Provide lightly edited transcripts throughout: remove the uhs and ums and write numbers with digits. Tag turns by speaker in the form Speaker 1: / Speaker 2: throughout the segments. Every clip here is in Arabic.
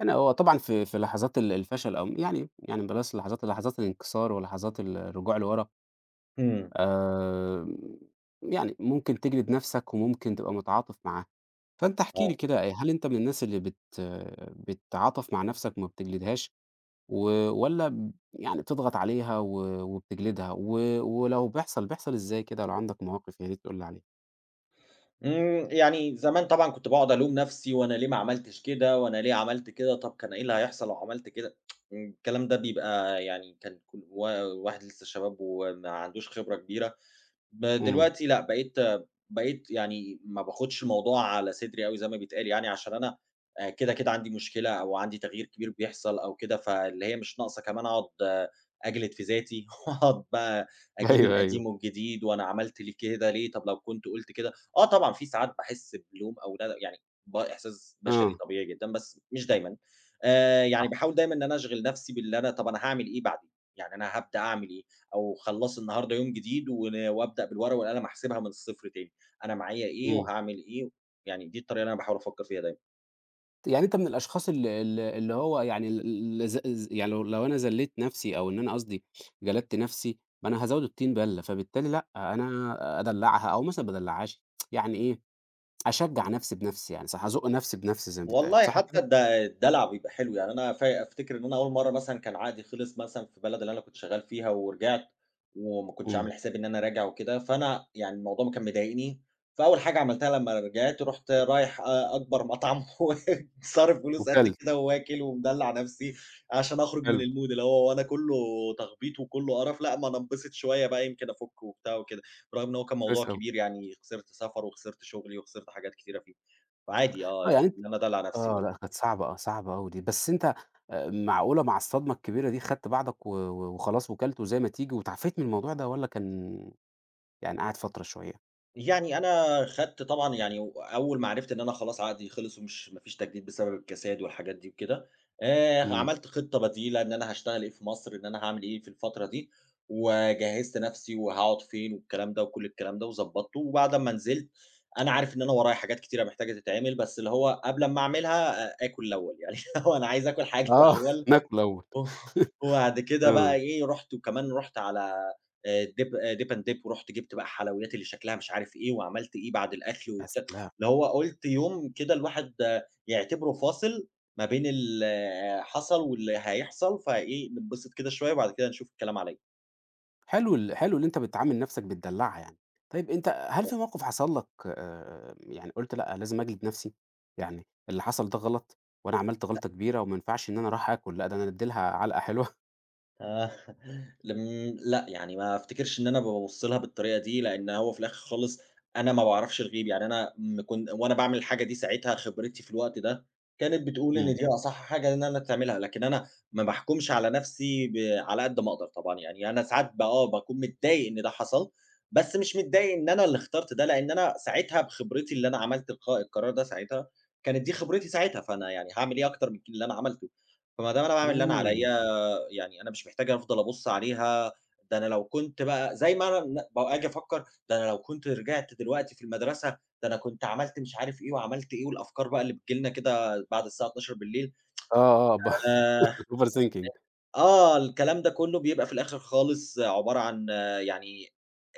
Speaker 1: أنا هو طبعًا في لحظات الفشل أو يعني بلاش لحظات الانكسار ولحظات الرجوع لورا.
Speaker 2: إمم،
Speaker 1: آمم، يعني ممكن تجلد نَفْسك وممكن تبقى متعاطف معاه. فأنت احكِ لي
Speaker 2: آه،
Speaker 1: كده إيه، هل أنت من الناس اللي بتتعاطف مع نَفْسك وما بتجلدهاش، و والّا يعني بتضغط عليها وبتجلدها، ولو بيحصل إزاي كده لو عندك مواقف يا ريت تقول لي عليها؟
Speaker 2: إمم، يعني زمان طبعًا كنت باقعد ألوم نفسي وأنا ليه ما عملتش كده، وأنا ليه عملت كده، طب كان إيه اللي هيحصل لو عملت كده؟ الكلام ده بيبقى كان كل و الواحد لسه شباب وما عندوش خبرة كبيرة.
Speaker 1: إمم.
Speaker 2: دلوقتي لأ، بقيت يعني ما باخدش الموضوع على صدري أوي زي ما بيتقال يعني، عشان أنا كده، كده عندي مشكلة أو عندي تغيير كبير بيحصل أو كده، فاللي هي مش ناقصة كمان أقعد أجلد في ذاتي وأقعد بقى أجيب
Speaker 1: أيوه، أيوه.
Speaker 2: القديم والجديد وأنا عملت ليه كده ليه، طب لو كنت قُلت كده آه طبعًا في ساعات باحس بلوم أو ندم يعني ده إحساس بشري
Speaker 1: آه.
Speaker 2: طبيعي جدًا، بس مش دايمًا.
Speaker 1: صح.
Speaker 2: يعني باحاول دايمًا إن أنا أشغِل نفسي باللي أنا طب أنا هاعمل إيه بعدين، يعني أنا هابدأ أعمل إيه؟ أو خلّص النهارده يوم جديد وأبدأ بالورقة والقلم أحسبها من الصفر تاني، أنا معايا إيه
Speaker 1: إمم.
Speaker 2: وهاعمل إيه، يعني دي الطريقة اللي أنا باحاول أفكّر فيها دايمًا.
Speaker 1: يعني أنت من الأشخاص ال ال اللي هو يعني ال ال ز ز يعني لو أنا ذلّيت نَفْسي، أو إن أنا قصدي جلدت نَفْسي، ما أنا هازوّد الطين بَلّة، فبالتالي لأ، أنا أدلّعها أو مثلًا ما أدلّعهاش، يعني إيه، أشجّع نَفْسي بنَفْسي يعني، صح، أزُق نَفْسي بنَفْسي زي ما بيتقال،
Speaker 2: والله
Speaker 1: صح
Speaker 2: حتى
Speaker 1: كده؟
Speaker 2: الدلع بيبقى حلو، يعني أنا أفتكر إن أنا أول مرّة مثلًا كان عقدي خلص مثلًا في البلد اللي أنا كنت شغال فيها ورجعت، وما كنتش
Speaker 1: إمم.
Speaker 2: عامل حسابي إن أنا راجع وكده، فأنا يعني الموضوع كان مضايقني، فأول حاجة عملتها لمّا رجعت رُحت رايح أكبر مطعم وصارف فلوس قد
Speaker 1: وكَلت.
Speaker 2: كده وواكل ومدلع نفسي، عشان أخرج من
Speaker 1: حلو.
Speaker 2: الmood اللي هو أنا كلّه تخبيط وكلّه قرف، لأ ما أنا انبسط شوية بقى يمكن أفُك وبتاع وكده، برغم إن هو كان
Speaker 1: كويس
Speaker 2: موضوع
Speaker 1: أوي.
Speaker 2: كبير يعني خسرت سفر وخسرت شغلي وخسرت حاجات كتيرة فيه. عادي آه،
Speaker 1: آه، يعني
Speaker 2: يعني
Speaker 1: أنت،
Speaker 2: إن أنا أدلّع نَفْسي
Speaker 1: آه، لأ
Speaker 2: برضه.
Speaker 1: كانت صعبة، آه، صعبة أوي دي. بس أنت معقولة مع الصدمة الكبيرة دي خدت بعضك و و وخلاص وكَلت وزي ما تيجي، واتعافيت من الموضوع ده، والّا كان يعني قعد فترة شوية؟
Speaker 2: يعني أنا خدت طبعًا يعني و أول ما عرفت إن أنا خلاص عقدي خلص ما فيش تجديد بسبب الكساد والحاجات دي وكده،
Speaker 1: إمم.
Speaker 2: عملت خطة بديلة إن أنا هاشتغل إيه في مصر، إن أنا هاعمل إيه في الفترة دي، وجهّزت نَفْسي وهاقعد فين والكلام ده وكل الكلام ده وضبّطته، وبعد أمّا نزلت أنا عارف إن أنا ورايا حاجات كتيرة محتاجة تتعمل، بس اللي هو قبل أمّا أعملها آكُل الأول، يعني اللي هو أنا عايز آكُل حاجة
Speaker 1: آه.
Speaker 2: الأول
Speaker 1: ناكل الأول.
Speaker 2: و وبعد كده بقى
Speaker 1: آه.
Speaker 2: إيه، رُحت وكمان رُحت على dip dip and dip ورُحت جِبت بقى حلويات اللي شكلها مش عارف إيه، وعملت إيه بعد الأكل
Speaker 1: يا
Speaker 2: وبتاع،
Speaker 1: سلام!
Speaker 2: اللي هو قُلت يوم كده الواحد آه، يعتبره فاصل ما بين اللي حصل واللي هيحصل، فإيه نتبسط كده شوية وبعد كده نشوف الكلام على
Speaker 1: حلو اللي أنت بتعامل نَفْسك بتدلّعها يعني. طيب أنت هل في
Speaker 2: إيه.
Speaker 1: موقف حصل لك يعني قُلت لأ، لازم أجلد نَفْسي، يعني اللي حصل ده غلط وأنا عملت غلطة كبيرة وما ينفعش إن أنا أروح آكل، لأ ده أنا أدّي لها علقة حلوة؟
Speaker 2: آه، لم لأ، يعني ما أفتكرش إن أنا بابُص لها بالطريقة دي، لإن هو في الآخر خالص أنا ما باعرفش الغيب، يعني أنا م كن وأنا باعمل الحاجة دي ساعتها خبرتي في الوقت ده كانت بتقول إن
Speaker 1: إمم.
Speaker 2: دي أصح حاجة إن أنا تعملها، لكن أنا ما باحكمش على نَفْسي على قد ما أقدر طبعًا، يعني أنا ساعات آه، باكون متضايق إن ده حصل، بس مش متضايق إن أنا اللي اخترت ده، لإن أنا ساعتها بخبرتي اللي أنا عملت القرار ده ساعتها، كانت دي خبرتي ساعتها، فأنا يعني هاعمل إيه أكتر من ك اللي أنا عملته، فما دام أنا باعمل اللي أنا عليَّ
Speaker 1: إمم.
Speaker 2: يعني أنا مش محتاج أفضل أبُص عليها، ده أنا لو كنت بقى زي ما أنا بابقى آجي أفكّر، ده أنا لو كنت رجعت دلوقتي في المدرسة، ده أنا كنت عملت مش عارف إيه وعملت إيه، والأفكار بقى اللي بتيجي لنا كده بعد الساعة 00:00
Speaker 1: آه. آه.
Speaker 2: آآ
Speaker 1: Overthinking.
Speaker 2: آه، الكلام ده كلّه بيبقى في الآخر خالص عبارة عن آه، يعني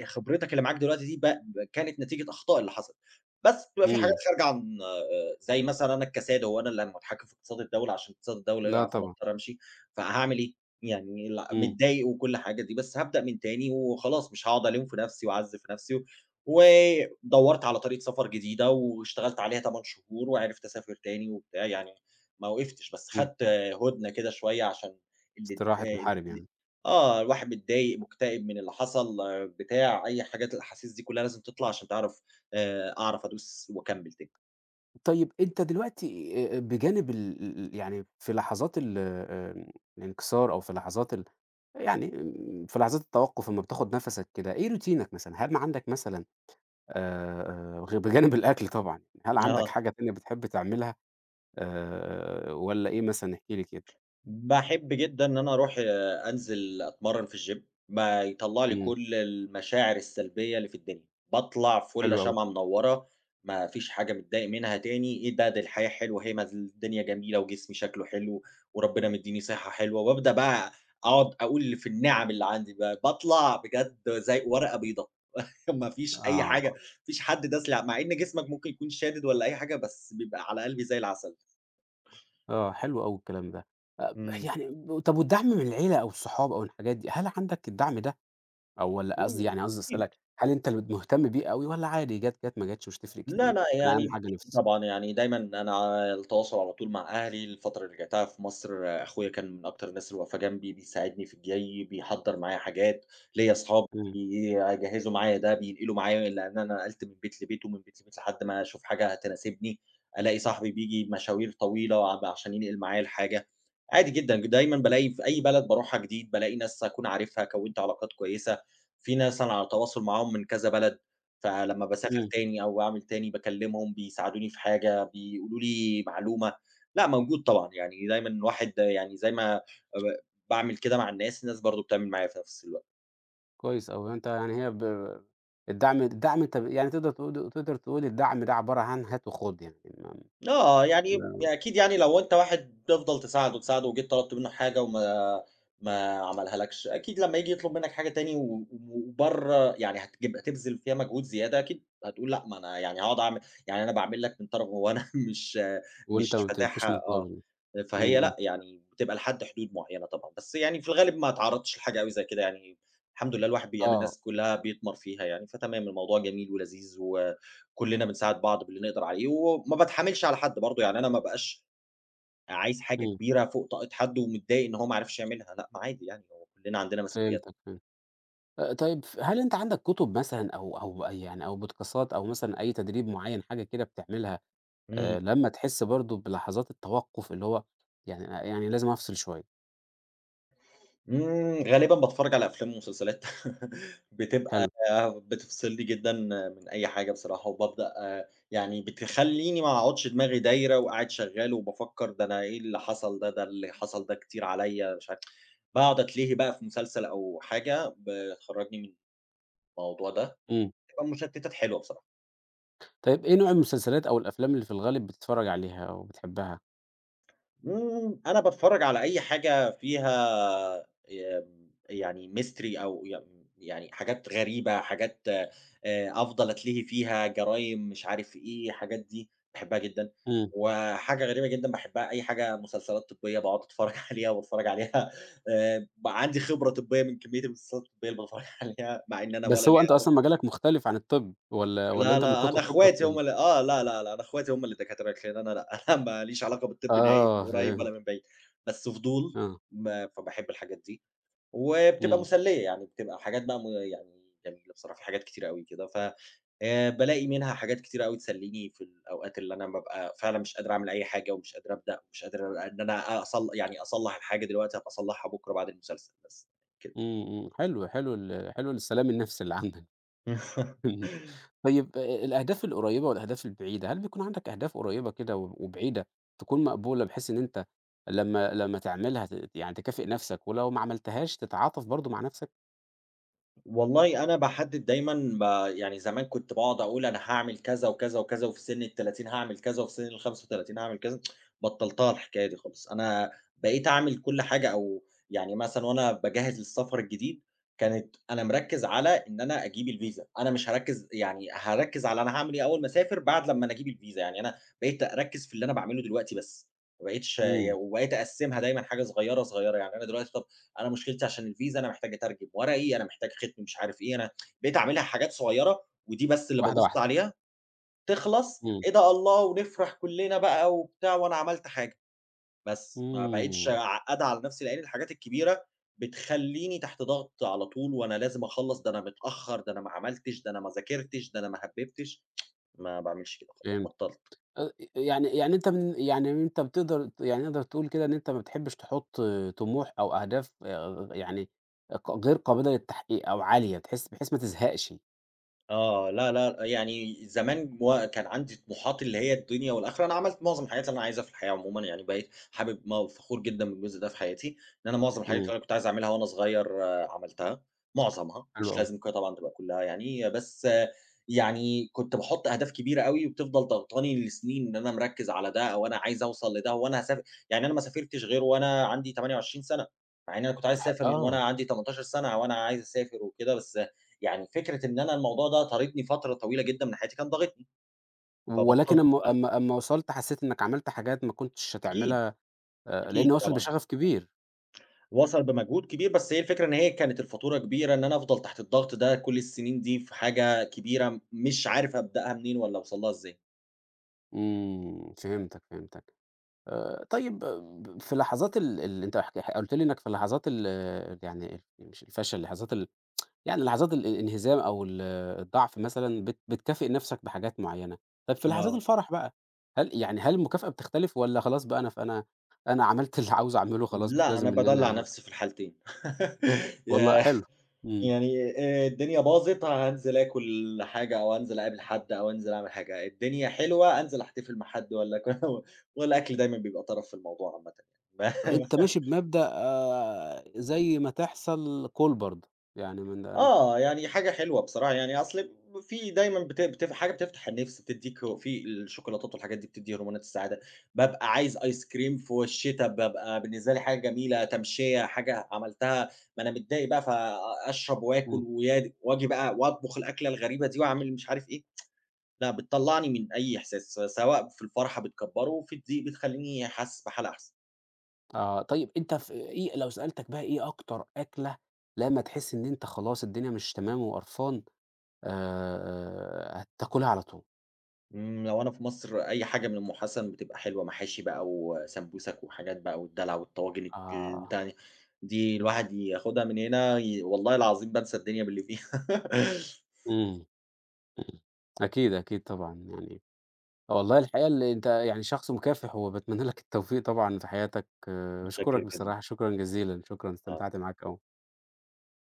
Speaker 2: خبرتك اللي معاك دلوقتي دي ب ب كانت نتيجة أخطاء اللي حصلت، بس بتبقى في حاجات
Speaker 1: إمم.
Speaker 2: خارجة عن زي مثلًا أنا الكساد هو أنا اللي متحكم في اقتصاد الدولة عشان اقتصاد الدولة
Speaker 1: لأ
Speaker 2: يقع فأنا
Speaker 1: طبعًا.
Speaker 2: اضطر أمشي، فهاعمل إيه؟ يعني
Speaker 1: إمم.
Speaker 2: متضايق وكل حاجة دي، بس هابدأ من تاني وخلاص مش هاقعد ألوم في نفسي وأعذب في نفسي ودوّرت على طريقة سفر جديدة واشتغلت عليها 8 شهور وعرفت أسافر تاني وبتاع، يعني ما وقفتش، بس
Speaker 1: إمم.
Speaker 2: خدت آه، هُدنة كده شوية عشان اللي
Speaker 1: استراحة
Speaker 2: اتضايق
Speaker 1: محارب
Speaker 2: دي
Speaker 1: يعني.
Speaker 2: آه، الواحد متضايق، مُكتئب من اللي حصل، آه، بتاع أي حاجات الأحاسيس دي كلّها لازم تطلع عشان تعرف أعرف أدوس وأكمّل تاني.
Speaker 1: طيب أنت دلوقتي بجانب ال ال يعني في لحظات ال الانكسار، أو في لحظات يعني في لحظات التوقُّف، أمّا بتاخُد نَفَسك كده، إيه روتينك مثلًا؟ هل عندك مثلًا غ بجانب الأكل طبعًا، هل
Speaker 2: آه.
Speaker 1: عندك حاجة تانية بتحب تعملها، والّا إيه مثلًا؟ احكِ لي كده.
Speaker 2: باحب جدًا إن أنا أروح أنزل أتمرّن في الgym بيطلّع لي
Speaker 1: إمم.
Speaker 2: كل المشاعر السلبية اللي في الدنيا، باطلع
Speaker 1: حلو
Speaker 2: فُلّة
Speaker 1: أوي.
Speaker 2: شمعة منوّرة، ما فيش حاجة متضايق منها تاني، إيه ده، دي الحياة حلوة هي ما ز الدنيا جميلة وجسمي شكله حلو وربنا مدّيني صحة حلوة، وابدأ بقى أقعد أقول في النِّعَم اللي عندي بقى، باطلع بجد زي ورقة بيضا، ما فيش أي حاجة، ما
Speaker 1: آه.
Speaker 2: فيش حد داس لي مع إن جسمك ممكن يكون شادد والّا أي حاجة، بس بيبقى على قلبي زي العسل.
Speaker 1: آه. حلو أوي الكلام ده. أ
Speaker 2: إمم.
Speaker 1: يعني طَب، والدعم من العيلة أو الصحاب أو الحاجات دي، هل عندك الدعم ده؟ أو والّا قصدي،
Speaker 2: إمم.
Speaker 1: يعني قصدي أسألك، هل أنت اللي مهتم بيه أوي، والّا عادي جات، جات، ما جاتش، مش تفرق
Speaker 2: لا،
Speaker 1: كتير؟
Speaker 2: لأ،
Speaker 1: أنا
Speaker 2: يعني
Speaker 1: أهم حاجة
Speaker 2: بتيجي
Speaker 1: نَفْسي.
Speaker 2: طبعًا، يعني دايمًا أنا على التواصل على طول مع أهلي، الفترة اللي رجعتها في مصر آه، أخويا كان من أكتر الناس اللي واقفة جنبي، بيساعدني في الجاي، بيحضّر معايا حاجات، ليّا أصحاب
Speaker 1: إمم.
Speaker 2: بيجهّزوا معايا ده، بينقلوا معايا لإن أنا نقلت من بيت لبيت ومن بيت لبيت لحد ما أشوف حاجة تناسبني، ألاقي صاحبي بييجي بمشاوير طويلة عشان ينقل معايا الحاجة، عادي جدًا، دايمًا بالاقي في أي بلد باروحها جديد بالاقي ناس أكون عارفها، كوّنت علاقات كويسة، في ناس أنا على تواصل معاهم من كذا بلد. فلمّا باسافر
Speaker 1: إمم.
Speaker 2: تاني أو باعمل تاني باكلمهم، بيساعدوني في حاجة، بيقولوا لي معلومة، لأ موجود طبعًا، يعني دايمًا الواحد يعني زي ما باعمل كده مع الناس، الناس برضه بتعمل معايا في نفس الوقت.
Speaker 1: كويس أوي. أنت يعني هي الدعم، أنت يعني تقدر تقول الدعم ده عبارة عن هات وخُد، يعني ما
Speaker 2: آه، يعني
Speaker 1: ما
Speaker 2: أكيد يعني لو أنت واحد تفضل تساعده، تساعده وجيت طلبت منّه حاجة وما ما عملها لكش، أكيد لمّا ييجي يطلب منّك حاجة تاني وبرّه يعني هتجيب هتبذل فيها مجهود زيادة، أكيد هتقول لأ، ما أنا يعني هاقعد أعمل يعني أنا باعمل لك من طرف هو أنا
Speaker 1: وأنت
Speaker 2: مش
Speaker 1: ما بتفيش
Speaker 2: فاتحها آه،
Speaker 1: مقابل. إمم.
Speaker 2: فهي
Speaker 1: إمم.
Speaker 2: لأ، يعني بتبقى لحد حدود معيّنة طبعًا، بس يعني في الغالب ما اتعرّضتش لحاجة أوي زي كده يعني، الحمد لله الواحد بيقابل
Speaker 1: آه.
Speaker 2: ناس كلّها بيطمَر فيها يعني، فتمام الموضوع جميل ولذيذ كلنا بنساعد بعض باللي نقدر عليه، وما باتحاملش على حد برضه، يعني أنا ما بابقاش عايز حاجة
Speaker 1: إمم.
Speaker 2: كبيرة فوق طاقة حد ومتضايق إن هو ما عرفش يعملها، لأ ما عادي يعني هو كلنا عندنا مسؤوليات.
Speaker 1: فهمتك. فهمت. طيب هل أنت عندك كُتب مثلًا أو أي، يعني، أو بودكاستات، أو مثلًا أي تدريب معيّن، حاجة كده بتعملها،
Speaker 2: إمم،
Speaker 1: لمّا تحس برضه بلحظات التوقُّف، اللي هو يعني لازم أفصل شوية؟
Speaker 2: إمم، غالبًا باتفرج على أفلام ومسلسلات بتبقى
Speaker 1: حلو.
Speaker 2: بتفصلني جدًا من أي حاجة بصراحة، وبابدأ يعني بتخلّيني ما اقعدش دماغي دايرة وقاعد شغّال وبافكر ده أنا إيه اللي حصل ده، ده اللي حصل ده كتير عليَّ مش عارف باقعد أتلهي بقى في مسلسل أو حاجة بتخرّجني من الموضوع ده.
Speaker 1: إمم.
Speaker 2: بتبقى مشتتات حلوة بصراحة.
Speaker 1: طيب إيه نوع المسلسلات أو الأفلام اللي في الغالب بتتفرّج عليها أو بتحبها؟
Speaker 2: أنا باتفرّج على أي حاجة فيها يعني mystery أو ي يعني حاجات غريبة، حاجات أفضل أتلهي فيها، جرايم مش عارف إيه، الحاجات دي باحبها جدًا.
Speaker 1: إمم.
Speaker 2: وحاجة غريبة جدًا باحبها أي حاجة مسلسلات طبية باقعد أتفرّج عليها وباتفرّج عليها بقى عندي خبرة طبية من كمية المسلسلات الطبية اللي باتفرّج عليها، مع إن أنا ولا
Speaker 1: بس هو أنت
Speaker 2: ليّا
Speaker 1: أصلًا مجالك مختلف عن الطب، والّا
Speaker 2: لا،
Speaker 1: أنت من
Speaker 2: لا،
Speaker 1: كتر
Speaker 2: أنا
Speaker 1: حُبك
Speaker 2: أخواتي هُم اللي آه، لا، لا، لا، أنا أخواتي هُم اللي دكاترة لكن أنا لأ، أنا ما ليش علاقة بالطب نهائي
Speaker 1: آه،
Speaker 2: من قريب
Speaker 1: فهمت.
Speaker 2: ولا من بعيد، بس فضول
Speaker 1: آه.
Speaker 2: ما فباحب الحاجات دي، وبتبقى
Speaker 1: إمم.
Speaker 2: مسلية يعني بتبقى حاجات بقى م يعني جميلة بصراحة، في حاجات كتيرة أوي كده بالاقي منها حاجات كتيرة أوي تسليني في الأوقات اللي أنا بابقى فعلًا مش قادر أعمل أي حاجة، ومش قادر أبدأ، ومش قادر إن أنا أصل يعني أصلّح الحاجة دلوقتي هابقى أصلّحها بكرة بعد المسلسل بس كده.
Speaker 1: إمم. إمم. حلو. حلو ال حلو السلام النفسي اللي عندك. فهمت. طيب الأهداف القريّبة والأهداف البعيدة، هل بيكون عندك أهداف قريّبة كده وبعيدة تكون مقبولة، بحيث إن أنت لمّا تعملها، يعني تكافئ نفسك، ولو ما عملتهاش تتعاطف برضه مع نفسك؟
Speaker 2: والله أنا باحدد دايمًا يعني زمان كنت باقعد أقول أنا هاعمل كذا وكذا وكذا، وفي سن ال30 هاعمل كذا، وفي سن ال35 هاعمل كذا، بطّلتها الحكاية دي خالص، أنا بقيت أعمل كل حاجة أو يعني مثلًا وأنا باجهّز للسفر الجديد، كانت أنا مركّز على إن أنا أجيب الفيزا، أنا مش هاركّز يعني هاركّز على أنا هاعمل إيه أول ما أسافر بعد لمّا أنا أجيب الفيزا، يعني أنا بقيت أركّز في اللي أنا باعمله دلوقتي بس، ما بقيتش
Speaker 1: إمم.
Speaker 2: وبقيت أقسّمها دايمًا حاجة صغيّرة، صغيّرة، يعني أنا دلوقتي طب أنا مشكلتي عشان الفيزا، أنا محتاج أترجم ورقي، أنا محتاج ختم مش عارف إيه، أنا بقيت أعملها حاجات صغيرة ودي بس اللي
Speaker 1: واحدة،
Speaker 2: بابُص
Speaker 1: واحدة.
Speaker 2: عليها، تخلص
Speaker 1: إمم.
Speaker 2: إيه ده الله! ونفرح كلّنا بقى وبتاع وأنا عملت حاجة، بس ما بقيتش
Speaker 1: إمم.
Speaker 2: عقّدة على نفسي، لإن الحاجات الكبيرة بتخلّيني تحت ضغط على طول وأنا لازم أخلّص، ده أنا متأخّر، ده أنا ما عملتش، ده أنا ما ذاكرتش، ده أنا ما هبّبتش، ما باعملش كده خالص،
Speaker 1: فهمت.
Speaker 2: بطّلت.
Speaker 1: يعني يعني أنت من يعني أنت بتقدر يعني نقدر تقول كده إن أنت ما بتحبش تحُط طموح أو أهداف، يعني غير قابلة للتحقيق أو عالية، تحس بحيث ما تزهقش.
Speaker 2: آه، لا، لا، يعني زمان كان عندي طموحات اللي هي الدنيا والآخرة، أنا عملت معظم الحاجات اللي أنا عايزها في الحياة عمومًا، يعني بقيت حابب وفخور جدًا بالجزء ده في حياتي، إن أنا معظم الحاجات
Speaker 1: إمم.
Speaker 2: اللي أنا كنت عايز أعملها وأنا صغير آه، عملتها، معظمها،
Speaker 1: حلو
Speaker 2: مش
Speaker 1: أوي.
Speaker 2: لازم طبعًا تبقى كلها يعني، بس آه، يعني كنت باحط أهداف كبيرة أوي وبتفضل ضاغطاني لسنين إن أنا مركّز على ده أو أنا عايز أوصل لده وأنا هاسافر يعني أنا ما سافرتش غير وأنا عندي 28 سَنة، مع إن أنا كنت عايز أسافر من
Speaker 1: آه.
Speaker 2: وأنا عندي 18 سَنة وأنا عايز أسافر وكده، بس يعني فكرة إن أنا الموضوع ده طاردني فترة طويلة جدًا من حياتي، كان ضاغطني،
Speaker 1: ولكن
Speaker 2: فبطّلت
Speaker 1: أمّا
Speaker 2: بقى.
Speaker 1: أمّا أمّا وصلت، حسّيت إنّك عملت حاجات ما كنتش
Speaker 2: أكيد،
Speaker 1: هتعملها، لإن
Speaker 2: أكيد
Speaker 1: واصل
Speaker 2: طبعًا.
Speaker 1: بشغف كبير.
Speaker 2: وصل بمجهود كبير، بس هي الفكرة إن هي كانت الفاتورة كبيرة، إن أنا أفضل تحت الضغط ده كل السنين دي في حاجة كبيرة مش عارف أبدأها منين والّا أوصل لها إزاي.
Speaker 1: إمم. فهمتك. فهمتك. طيب في لحظات ال ال أنت قُلت لي إنّك في لحظات ال آه، يعني ال- مش الفشل، لحظات الانهزام أو الضعف مثلًا، بتكافئ نَفْسك بحاجات معيّنة. طَب في لحظات
Speaker 2: آه.
Speaker 1: الفرح بقى، هل المكافأة بتختلف، والّا خلاص بقى، أنا ف أنا أنا عملت اللي عاوز أعمله خلاص، مش
Speaker 2: لأ، أنا
Speaker 1: لازم إن
Speaker 2: بادلّع
Speaker 1: أنا؟
Speaker 2: نفسي في الحالتين.
Speaker 1: والله
Speaker 2: ياه!
Speaker 1: حلو. إمم.
Speaker 2: يعني الدنيا باظت، هانزل آكل حاجة أو أنزل أقابل حد أو أنزل أعمل حاجة، الدنيا حلوة، أنزل أحتفل مع حد والّا والأكل دايمًا بيبقى طرف في الموضوع عامةً يعني.
Speaker 1: أنت ماشي بمبدأ، آه، زي ما تحصل كُل برضه. يعني من م
Speaker 2: آه، يعني حاجة حلوة بصراحة، يعني أصل في دايمًا بت بت حاجة بتفتح النِفس، بتدّيك هو في الشوكولاتات والحاجات دي بتدّي هرمونات السعادة، بابقى عايز آيس كريم في الشتا، بابقى بالنسبة لي حاجة جميلة، تمشية، حاجة عملتها ما أنا متضايق بقى فأشرب وآكل
Speaker 1: إمم.
Speaker 2: ويا وآجي بقى وأطبخ الأكلة الغريبة دي وأعمل مش عارف إيه، لأ بتطلّعني من أي إحساس، سواء في الفرحة بتكبّره، في الضيق بتخلّيني حاسس بحالة أحسن.
Speaker 1: آه. طيب أنت إيه لو سألتك بقى، إيه أكتر أكلة لمّا تحس إن أنت خلاص الدنيا مش تمام وقرفان، هتاكلها على طول؟
Speaker 2: إمم، لو أنا في مصر أي حاجة من أم حسن بتبقى حلوة، محاشي بقى وسمبوسك وحاجات بقى والدلع والطواجن
Speaker 1: آه.
Speaker 2: البتاع دي، دي الواحد ياخدها من هنا والله العظيم بانسى الدنيا باللي فيها.
Speaker 1: إمم. إمم. أكيد، أكيد طبعًا يعني. آه، والله الحقيقة اللي أنت يعني شخص مُكافح، وباتمنى لك التوفيق طبعًا في حياتك، باشكرك
Speaker 2: متشكر جدًا.
Speaker 1: بصراحة، شكرًا جزيلًا، شكرًا
Speaker 2: آه.
Speaker 1: استمتعت معاك أوي.